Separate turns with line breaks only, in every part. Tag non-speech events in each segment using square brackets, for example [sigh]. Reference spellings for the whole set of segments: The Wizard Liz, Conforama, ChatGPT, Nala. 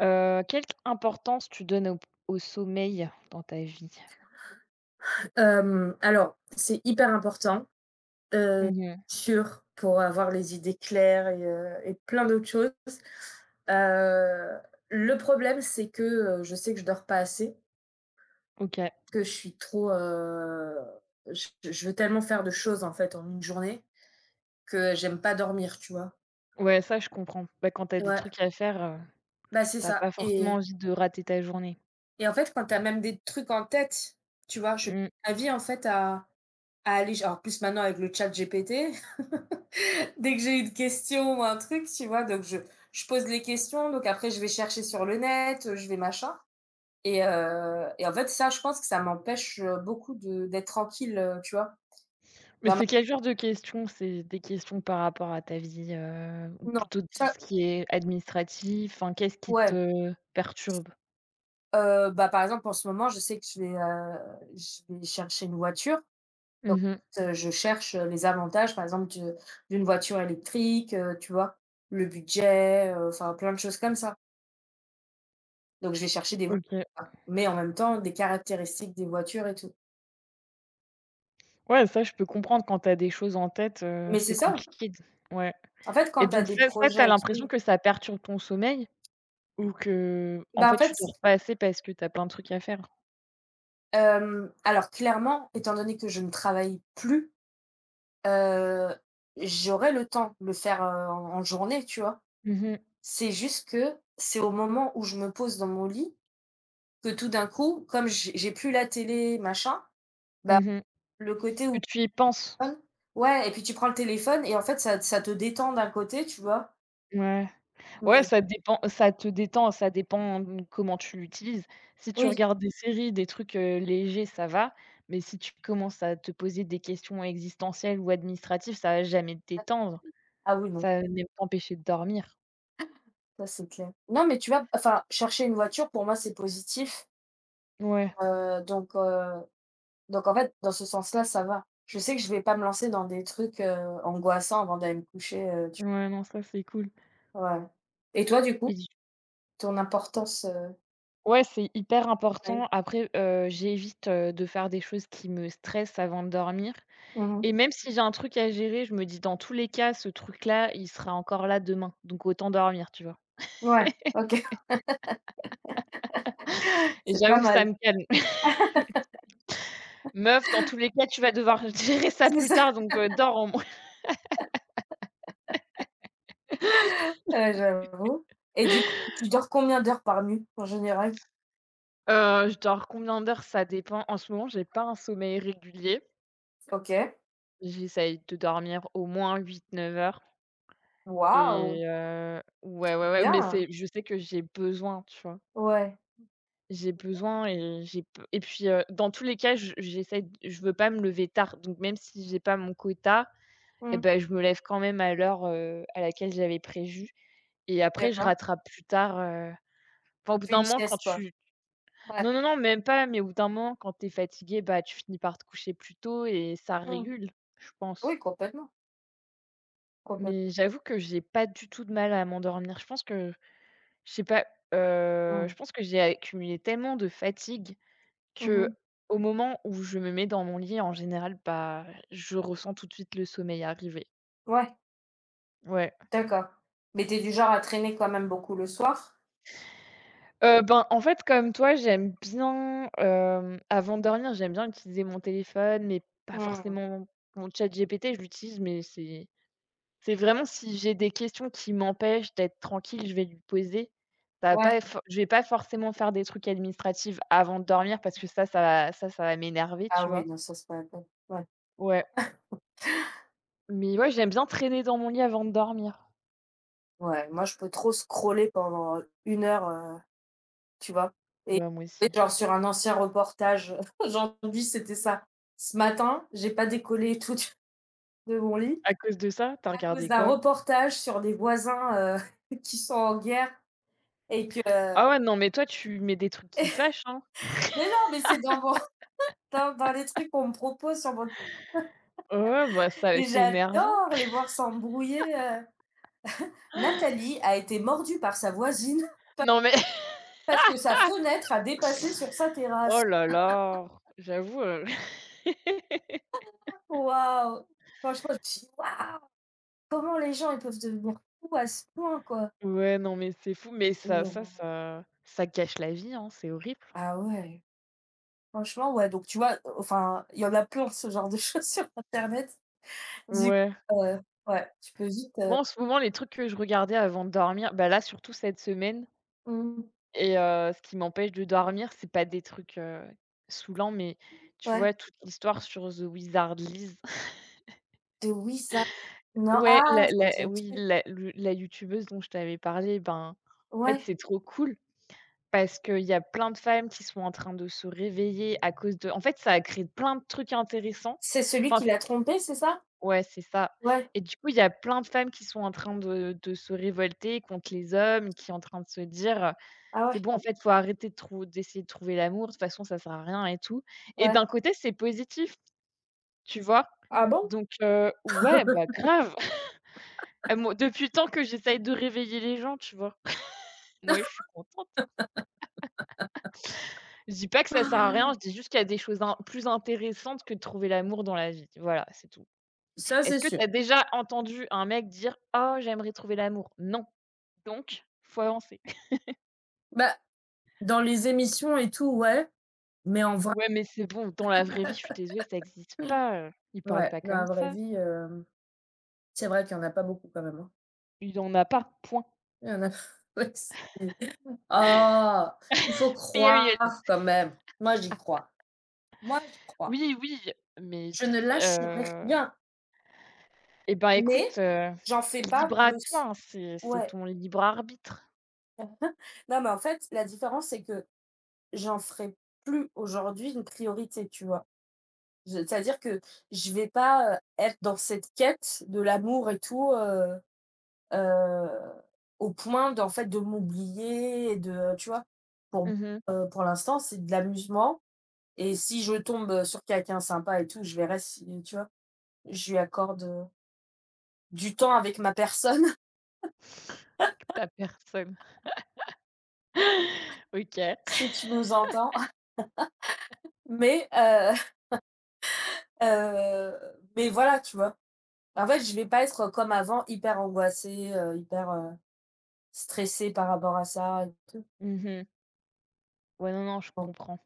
Quelle importance tu donnes au sommeil dans ta vie?
Alors, c'est hyper important, heu,
Mmh
sûr, pour avoir les idées claires et plein d'autres choses. Heu, le problème, c'est que, je sais que je dors pas assez,
OK.
que je suis trop, je veux tellement faire de choses, en fait, en une journée que j'aime pas dormir, tu vois?
Ouais, ça je comprends. Bah, quand t'as des
Ouais,
trucs à faire,
bah, c'est
tu
ça
pas forcément
et
envie de rater ta journée.
et en fait, quand t'as même des trucs en tête, tu vois? Je passe
Mmh.
ma vie, en fait, à aller alors, plus maintenant avec le chat ChatGPT. [laughs] Dès que j'ai une question ou un truc, tu vois? Donc je pose les questions, donc après je vais chercher sur le net, je vais machin et en fait ça, je pense que ça m'empêche, beaucoup de d'être tranquille, tu vois?
Mais
Dans ma
c'est quel genre de questions? C'est des questions par rapport à ta vie, ou
Non,
plutôt de
ça,
ce qui est administratif? Enfin, qu'est-ce qui
ouais,
te perturbe?
bah, par exemple en ce moment, je sais que je vais chercher une voiture, donc
Mmh
je cherche, les avantages, par exemple, de d'une voiture électrique, tu vois? Le budget, enfin plein de choses comme ça. Donc je vais chercher des
OK.
voitures, mais en même temps des caractéristiques des voitures et tout.
Ouais, ça je peux comprendre quand t'as des choses en tête,
Mais c'est
c'est
ça.
compliqué d ouais.
En fait,
Et
quand tu as
donc
des
ça ça, tu
projets et
l'impression
tout
que ça perturbe ton sommeil? Ou que, en
bah,
fait,
en
tu
fait,
dors pas assez parce que tu as plein de trucs à faire.
alors clairement, étant donné que je ne travaille plus, heu, j'aurai le temps de le faire, en journée, tu vois?
Mmh mh.
C'est juste que c'est au moment où je me pose dans mon lit que tout d'un coup, comme j'ai plus la télé, machin, bah,
Mmh mh.
le côté
Que
où
tu y penses.
ouais et puis tu prends le téléphone et en fait ça te détend d'un côté, tu vois?
Ouais.
Mais
Ouais, ça dépend ça te détend, ça dépend, comment tu l'utilises. Si tu
oui,
regardes des séries, des trucs, légers, ça va, mais si tu commences à te poser des questions existentielles ou administratives, ça va jamais te détendre.
ah oui, non,
Ça va même t'empêcher de dormir.
ça c'est clair. Non, mais tu vois, enfin, chercher une voiture pour moi c'est positif.
Ouais,
Heu, donc heu, donc en fait, dans ce sens-là, ça va. Je sais que je vais pas me lancer dans des trucs, angoissants avant d'aller me coucher, tu
ouais, non, ça, c'est cool.
ouais. Et toi, du coup,
Mais du
ton importance, [unintelligible]
Ouais, c'est hyper important. Après, j'évite, de faire des choses qui me stressent avant de dormir.
mmh
Et
mh.
même si j'ai un truc à gérer, je me dis: «Dans tous les cas, ce truc-là, il sera encore là demain, donc autant dormir», tu vois?
Ouais, OK, [laughs]
Et
c'est pas
j'avoue, ça
mal.
me calme. «Meuf, dans tous les cas, tu vas devoir [laughs] gérer ça
C'est
plus
ça,
tard,
[laughs]
donc dors au moins».
j'avoue. Et du coup, tu dors combien d'heures par nuit, en général?
Je dors combien d'heures? Ça dépend. En ce moment, j'ai pas un sommeil régulier.
OK.
J'essaye de dormir au moins 8, 9 heures
Waouh!
et ouais, ouais, ouais, mais
Bien!
c'est je sais que j'ai besoin, tu vois?
Ouais.
J'ai
C'est bien.
besoin et j'ai p et puis, dans tous les cas, je j'essaie d je veux pas me lever tard, donc même si j'ai pas mon quota, et
Mmh.
ben je me lève quand même à l'heure, à laquelle j'avais prévu et après je
D'accord.
rattrape plus tard, enfin au
Tu
bout
fais
d'un
une
moment quand
sieste, quoi?
tu.
Ouais.
Non, non, non, même pas, mais au bout d'un moment quand t'es fatigué, bah, tu finis par te coucher plus tôt et ça
Mmh.
régule, je pense.
Oui, complètement, complètement.
Mais j'avoue que j'ai pas du tout de mal à m'endormir. Je pense que je sais pas, je
Mmh.
pense que j'ai accumulé tellement de fatigue
Mmh
que
mh.
au moment où je me mets dans mon lit en général, bah, je ressens tout de suite le sommeil arriver.
Ouais.
Ouais.
D'accord. Mais tu es du genre à traîner quand même beaucoup le soir?
Ben, en fait, comme toi, j'aime bien, avant de dormir, j'aime bien utiliser mon téléphone, mais pas
Mmh.
forcément mon chat ChatGPT, je l'utilise, mais c'est vraiment si j'ai des questions qui m'empêchent d'être tranquille, je vais lui poser. Ça va
Ouais.
pas for Je vais pas forcément faire des trucs administratifs avant de dormir parce que ça va m'énerver,
Ah
tu
oui,
vois?
non, ça, c'est pas la peine. Ouais,
Ouais, mais ouais, j'aime bien traîner dans mon lit avant de dormir.
ouais, moi, je peux trop scroller pendant 1 heure, tu vois? Et
Ouais, moi
et
aussi.
genre sur un ancien reportage, [laughs] aujourd'hui, c'était ça. Ce matin, j'ai pas décollé [laughs] et tout du de mon lit
À cause de ça, t'as
à cause
regardé
d'un
quoi?
reportage sur les voisins, [laughs] qui sont en guerre et que
Ah ouais, non, mais toi, tu mets des trucs qui fâchent, hein?
mais non, mais c'est dans mon [laughs] dans les trucs qu'on me propose sur mon
Ouais, ouais, bah, ça
et
c'est énervant.
j'adore les voir s'embrouiller, Nathalie a été mordue par sa voisine
Non mais [laughs]
[laughs] parce que sa fenêtre a dépassé sur sa
oh
terrasse.
là là! J'avoue, [laughs]
Waouh! Franchement, je me suis dit, waouh! Comment les gens ils peuvent devenir fous à ce point, quoi?
ouais, non mais c'est fou, mais ça
Mais
ça ça ça gâche la vie, hein, c'est horrible.
ah ouais, franchement, ouais, donc tu vois, enfin, il y en a plein ce genre de choses [laughs] sur internet. Du
Ouais.
coup, ouais, tu peux vite,
Moi, en ce moment, les trucs que je regardais avant de dormir, bah, là, surtout cette semaine
mmh,
et ce qui m'empêche de dormir, c'est pas des trucs, saoulants, mais tu vois,
ouais,
toute l'histoire sur The Wizard Liz. [laughs]
de Wiza. Non,
Ouais,
ah,
la
ça me dit
la
un
oui,
truc.
la youtubeuse dont je t'avais parlé, ben, en fait,
Ouais,
c'est trop cool. Parce qu'il y a plein de femmes qui sont en train de se réveiller à cause de en fait, ça a créé plein de trucs intéressants.
c'est celui
Enfin
qui
c
l'a trompée, c'est ça?
ouais, c'est ça
Ouais,
et du coup, il y a plein de femmes qui sont en train de se révolter contre les hommes, qui sont en train de se dire,
ah ouais,
«C'est bon, en fait, faut arrêter de trou d'essayer de trouver l'amour, de toute façon, ça sert à rien et tout» et
ouais.
d'un côté, c'est positif, tu vois?
Ah bon?
Donc ouais, bah, grave. [laughs] Moi depuis le temps que j'essaye de réveiller les gens, tu vois? [laughs] Moi, je suis contente. Je dis pas que ça sert à rien, je dis juste qu'il y a des choses in plus intéressantes que de trouver l'amour dans la vie. Voilà, c'est tout.
Ça, c'est
Est-ce que
sûr.
tu as déjà entendu un mec dire: «Oh, j'aimerais trouver l'amour». Non, donc faut avancer.
Bah dans les émissions et tout, ouais, mais en vrai
Ouais, mais c'est bon, dans la vraie vie, je suis désolée, ça existe pas, il parle
ouais,
pas
dans
comme
la vraie
ça.
vie, c'est vrai qu'il y en a pas beaucoup quand même, hein.
Il en a pas, point.
Il y en a [laughs] ouais, c'est oh! Il faut
Period.
croire quand même. Moi, j'y crois. Moi, j'y crois.
Oui, oui, mais
Je ne
dis
lâcherai rien,
eh ben,
mais
écoute,
j'en fais pas
libre à toi,
plus.
hein, c'est
Ouais.
ton libre arbitre.
Non, mais en fait, la différence, c'est que j'en ferai plus aujourd'hui une priorité, tu vois? Je C'est-à-dire que je vais pas, être dans cette quête de l'amour et tout, Heu, au point d'en fait, de m'oublier et de tu vois? Pour m
Mmh mh.
pour l'instant, c'est de l'amusement et si je tombe, sur quelqu'un sympa et tout, je verrai si tu vois? Je lui accorde, du temps avec ma personne,
[laughs] Que tu personne. [laughs] OK.
[laughs] si tu nous entends. Mais heu, heu, mais voilà, tu vois? En fait, je vais pas être, comme avant, hyper angoissée, hyper, stressée par rapport à ça et tout.
Mmh. Ouais, non, non, je
Bon.
comprends.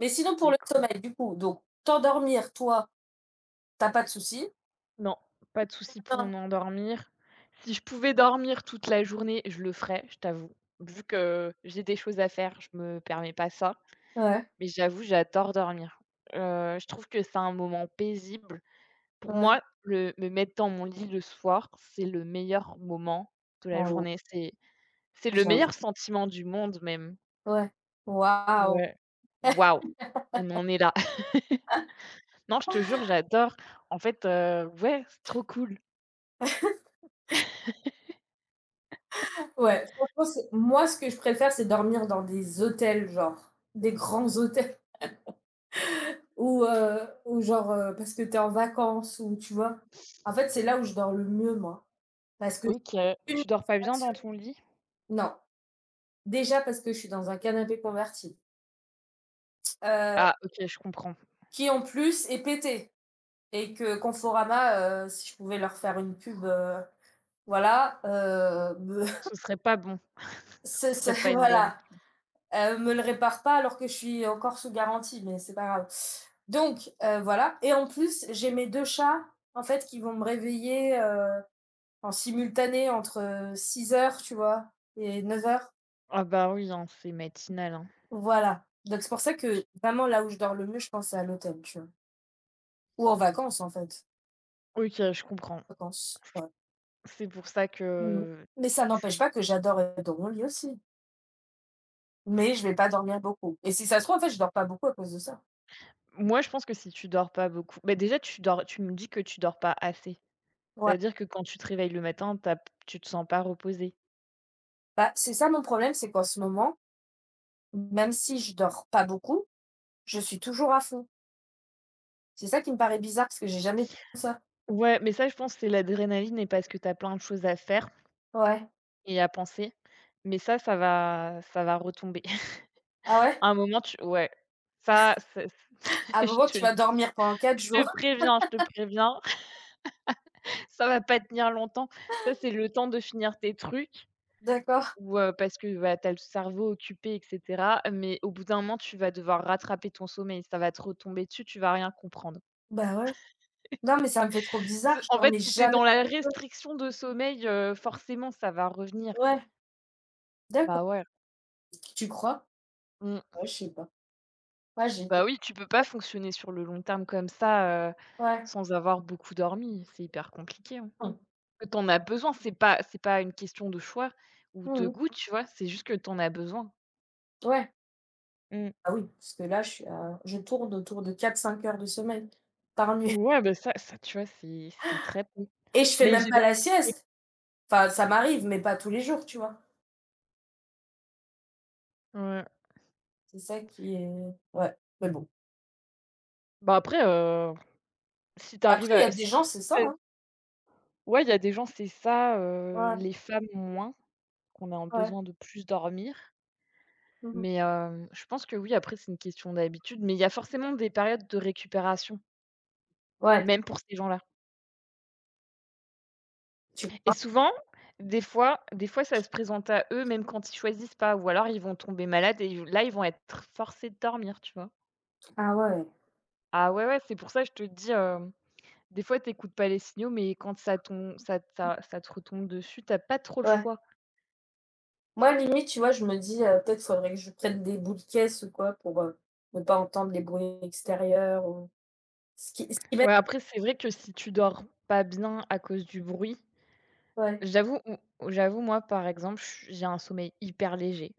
Mais sinon pour
C'est
le
cool.
sommeil, du coup, donc t'endormir, toi, tu as pas de souci?
Non, pas de souci pour
Non.
m'endormir. Si je pouvais dormir toute la journée, je le ferais, je t'avoue. Vu que j'ai des choses à faire, je me permets pas ça.
Ouais,
Mais j'avoue, j'adore dormir. Je trouve que c'est un moment paisible. Pour
ouais.
moi, le me mettre dans mon lit le soir, c'est le meilleur moment de la
Ah ouais,
journée. C'est le
j'avoue.
meilleur sentiment du monde même.
Ouais. Waouh!
Ouais. Waouh! On en est là. [laughs] Non, je te jure, j'adore. En fait, ouais, c'est trop cool.
Ouais, franchement, c'est moi, ce que je préfère, c'est dormir dans des hôtels, genre, des grands hôtels [laughs] ou genre, parce que t'es en vacances ou tu vois? En fait, c'est là où je dors le mieux, moi, parce que j'ai
OK.
aucune
Tu dors pas bien
distraction.
dans ton lit?
Non, déjà parce que je suis dans un canapé converti, heu,
Ah OK, je comprends.
qui en plus est pété et que Conforama, si je pouvais leur faire une pub, voilà, me
Ce serait pas bon. [laughs]
ce
Ce serait pas
[laughs] [laughs]
une bonne.
voilà. Me le répare pas alors que je suis encore sous garantie, mais c'est pas grave. Donc, voilà et en plus, j'ai mes 2 chats, en fait, qui vont me réveiller, en simultané entre, 6 heures tu vois? Et 9 heures
Ah bah oui, hein, c'est matinal, hein.
voilà. Donc c'est pour ça que vraiment là où je dors le mieux, je pense c'est à l'hôtel, tu vois? Ou en vacances, en fait.
OK, je comprends.
Vacances, ouais.
C'est pour ça
Mmh
que
Mais ça n'empêche
tu.
pas que j'adore être dans mon lit aussi. Mais je vais pas dormir beaucoup et si ça se trouve, en fait, je dors pas beaucoup à cause de ça.
Moi, je pense que si tu dors pas beaucoup, bah, déjà, tu me dis que tu dors pas assez. Ça
Ouais.
veut dire que quand tu te réveilles le matin, tu te sens pas reposé.
Bah, c'est ça mon problème, c'est qu'en ce moment même si je dors pas beaucoup, je suis toujours à fond. C'est ça qui me paraît bizarre parce que j'ai jamais fait ça.
Ouais, mais ça, je pense, que c'est l'adrénaline et parce que t'as plein de choses à faire
Ouais.
et à penser. Mais ça, ça va retomber. [laughs]
Ah ouais?
À un moment, tu ouais. Ça, c'est
À un
[laughs] je
moment,
te
tu
le.
vas dormir pendant quatre jours.
Je te préviens, [laughs] ça va pas tenir longtemps. Ça, c'est le temps de finir tes trucs
[laughs] D'accord.
ou parce que, bah, tu as le cerveau occupé et cetera, mais au bout d'un moment, tu vas devoir rattraper ton sommeil. Ça va te retomber dessus, tu vas rien comprendre.
Bah, ouais. Non, mais ça me fait trop
C'est
bizarre, je
en fait,
dormais
si tu es
jamais
dans la restriction de sommeil, forcément, ça va revenir.
ouais, d'accord.
Bah, ouais.
Tu crois?
Mmh.
Ouais, je sais pas. Ouais, j'ai
Bah, oui, tu peux pas fonctionner sur le long terme comme ça,
ouais.
sans avoir beaucoup dormi. C'est hyper compliqué, hein.
Mmh.
Que t'en as besoin, c'est pas une question de choix ou de
Mmh
goût, tu vois? C'est juste que t'en as besoin.
Ouais.
Mmh.
Ah oui, parce que là, je suis à je tourne autour de 4-5 heures de sommeil par nuit
Ouais, bah, ça ça, tu vois, c'est très peu.
et je fais
Mais
même
j'ai
pas la
des
sieste. Enfin, ça m'arrive, mais pas tous les jours, tu vois?
ouais.
C'est ça qui est ouais, mais bon.
Bah, après, si tu
Après,
arrives
il y
à
a
si
des gens, c'est ça,
ça
hein.
ouais, il y a des gens, c'est ça,
Ouais,
les femmes moins, qu'on a un
ouais.
besoin de plus dormir.
Mmh mh.
Mais, je pense que oui, après, c'est une question d'habitude, mais il y a forcément des périodes de récupération,
Ouais,
même pour ces gens-là.
tu
Et
vois?
souvent, des fois ça se présente à eux même quand ils choisissent pas ou alors ils vont tomber malades et ils là, ils vont être forcés de dormir, tu vois?
Ah ouais.
Ah ouais, ouais, c'est pour ça que je te dis, des fois t'écoutes pas les signaux, mais quand ça tom ça ça ça te retombe dessus, t'as pas trop le
Ouais.
choix.
Moi, limite, tu vois, je me dis, peut-être faudrait que je prenne des boules caisses ou quoi pour, ne pas entendre les bruits extérieurs ou ce qui m'aide
Ouais, après c'est vrai que si tu dors pas bien à cause du bruit,
ouais,
j'avoue ou j'avoue moi, par exemple, je suis j'ai un sommeil hyper léger.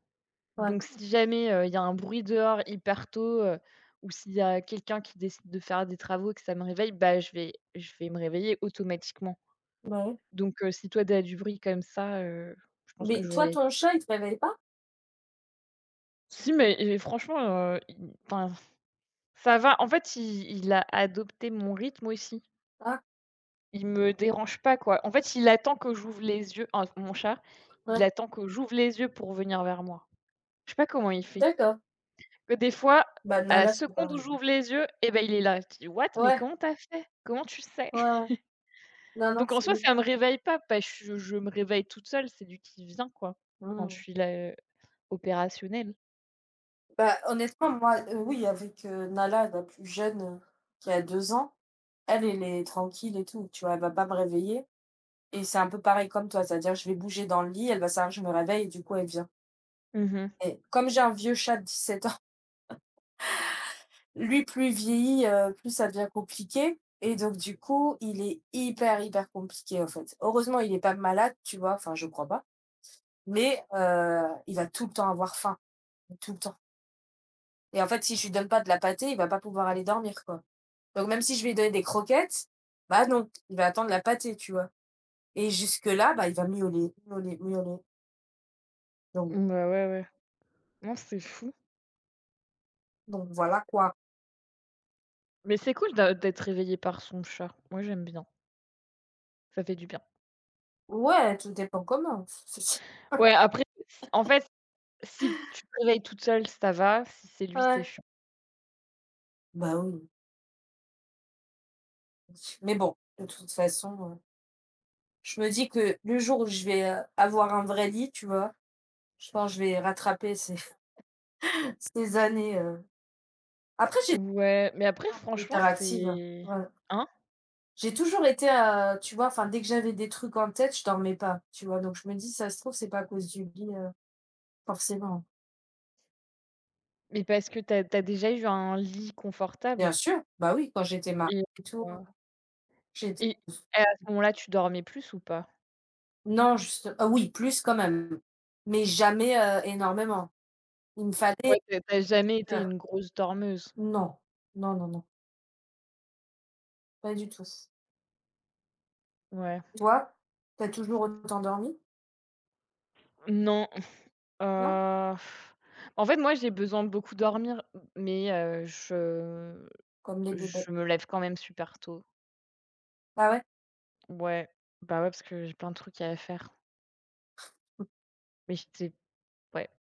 ouais,
Donc si jamais, il y a un bruit dehors hyper tôt, ou s'il y a quelqu'un qui décide de faire des travaux et que ça me réveille, bah, je vais me réveiller automatiquement.
bah oui.
Donc si toi tu as du bruit comme ça, je pense que
Mais toi,
j'aurais
ton chat, il te réveille pas?
si mais et franchement, il enfin, ça va. En fait, il a adopté mon rythme aussi.
Ah,
Il me dérange pas, quoi. En fait, il attend que j'ouvre les yeux, enfin, mon chat, il
ouais.
attend que j'ouvre les yeux pour venir vers moi. Je sais pas comment il fait.
D'accord.
Que des fois,
Bah,
à la
Nala, c'est
seconde où
pareil, hein.
j'ouvre les yeux, et ben il est là. Je dis: «What? Mais
Ouais,
comment t'as fait? Comment tu sais?»
ouais,
[laughs]
ouais. Non, non,
Donc en
c'est
soi,
lui.
ça me réveille pas, parce que je me réveille toute seule, c'est lui qui vient, quoi, quand je
Mmh.
suis là, opérationnelle.
Bah, honnêtement, moi, oui, avec, Nala, la plus jeune, qui a 2 ans, elle, elle est tranquille et tout, tu vois? Elle va pas me réveiller. Et c'est un peu pareil comme toi, c'est-à-dire je vais bouger dans le lit, elle va savoir que je me réveille et du coup elle vient.
Mmh.
Et comme j'ai un vieux chat de 17 ans, [laughs] lui plus il vieillit, plus ça devient compliqué et donc du coup, il est hyper, hyper compliqué en fait. Heureusement, il est pas malade, tu vois? Enfin, je crois pas, mais il va tout le temps avoir faim, tout le temps et en fait, si je lui donne pas de la pâtée, il va pas pouvoir aller dormir, quoi. Donc même si je vais lui donner des croquettes, bah non, il va attendre la pâtée, tu vois? Et jusque là, bah, il va miauler, miauler, miauler donc
Bah, ouais, ouais. Non, c'est fou.
donc voilà, quoi.
Mais c'est cool d'être réveillé par son chat. Moi, j'aime bien. Ça fait du bien.
Ouais, tout dépend comment. [laughs]
Ouais, après, s en fait, si tu te réveilles toute seule, ça va. Si c'est lui, c'est
Ouais.
chiant.
Bah oui, mais bon, de toute façon, je me dis que le jour où je vais, avoir un vrai lit, tu vois? Je pense que je vais rattraper ces [laughs] ces années, après j'ai été
Ouais, mais après,
un peu
franchement,
hyperactive, hein,
c'est
voilà.
hein?
J'ai toujours été, tu vois? Enfin, dès que j'avais des trucs en tête, je dormais pas, tu vois? Donc je me dis: «Ça se trouve, c'est pas à cause du lit, forcément».
Mais parce que tu as déjà eu un lit
Bien
confortable
sûr, bah oui, quand j'étais mariée
et
et tout,
heu
j'étais
et et à ce moment-là, tu dormais plus ou pas?
non, juste ah oui, plus quand même, mais jamais, énormément. Il me fallait,
Ouais, tu as jamais été une grosse dormeuse?
non, non, non, non, pas du tout.
Ouais.
Toi, tu as toujours autant dormi?
Non,
Non?
heu, en fait, moi, j'ai besoin de beaucoup dormir, mais je
Comme les bébés.
je me lève quand même super tôt.
Ah ouais?
Ouais, bah, ouais, parce que j'ai plein de trucs à faire. Mais j'étais, ouais.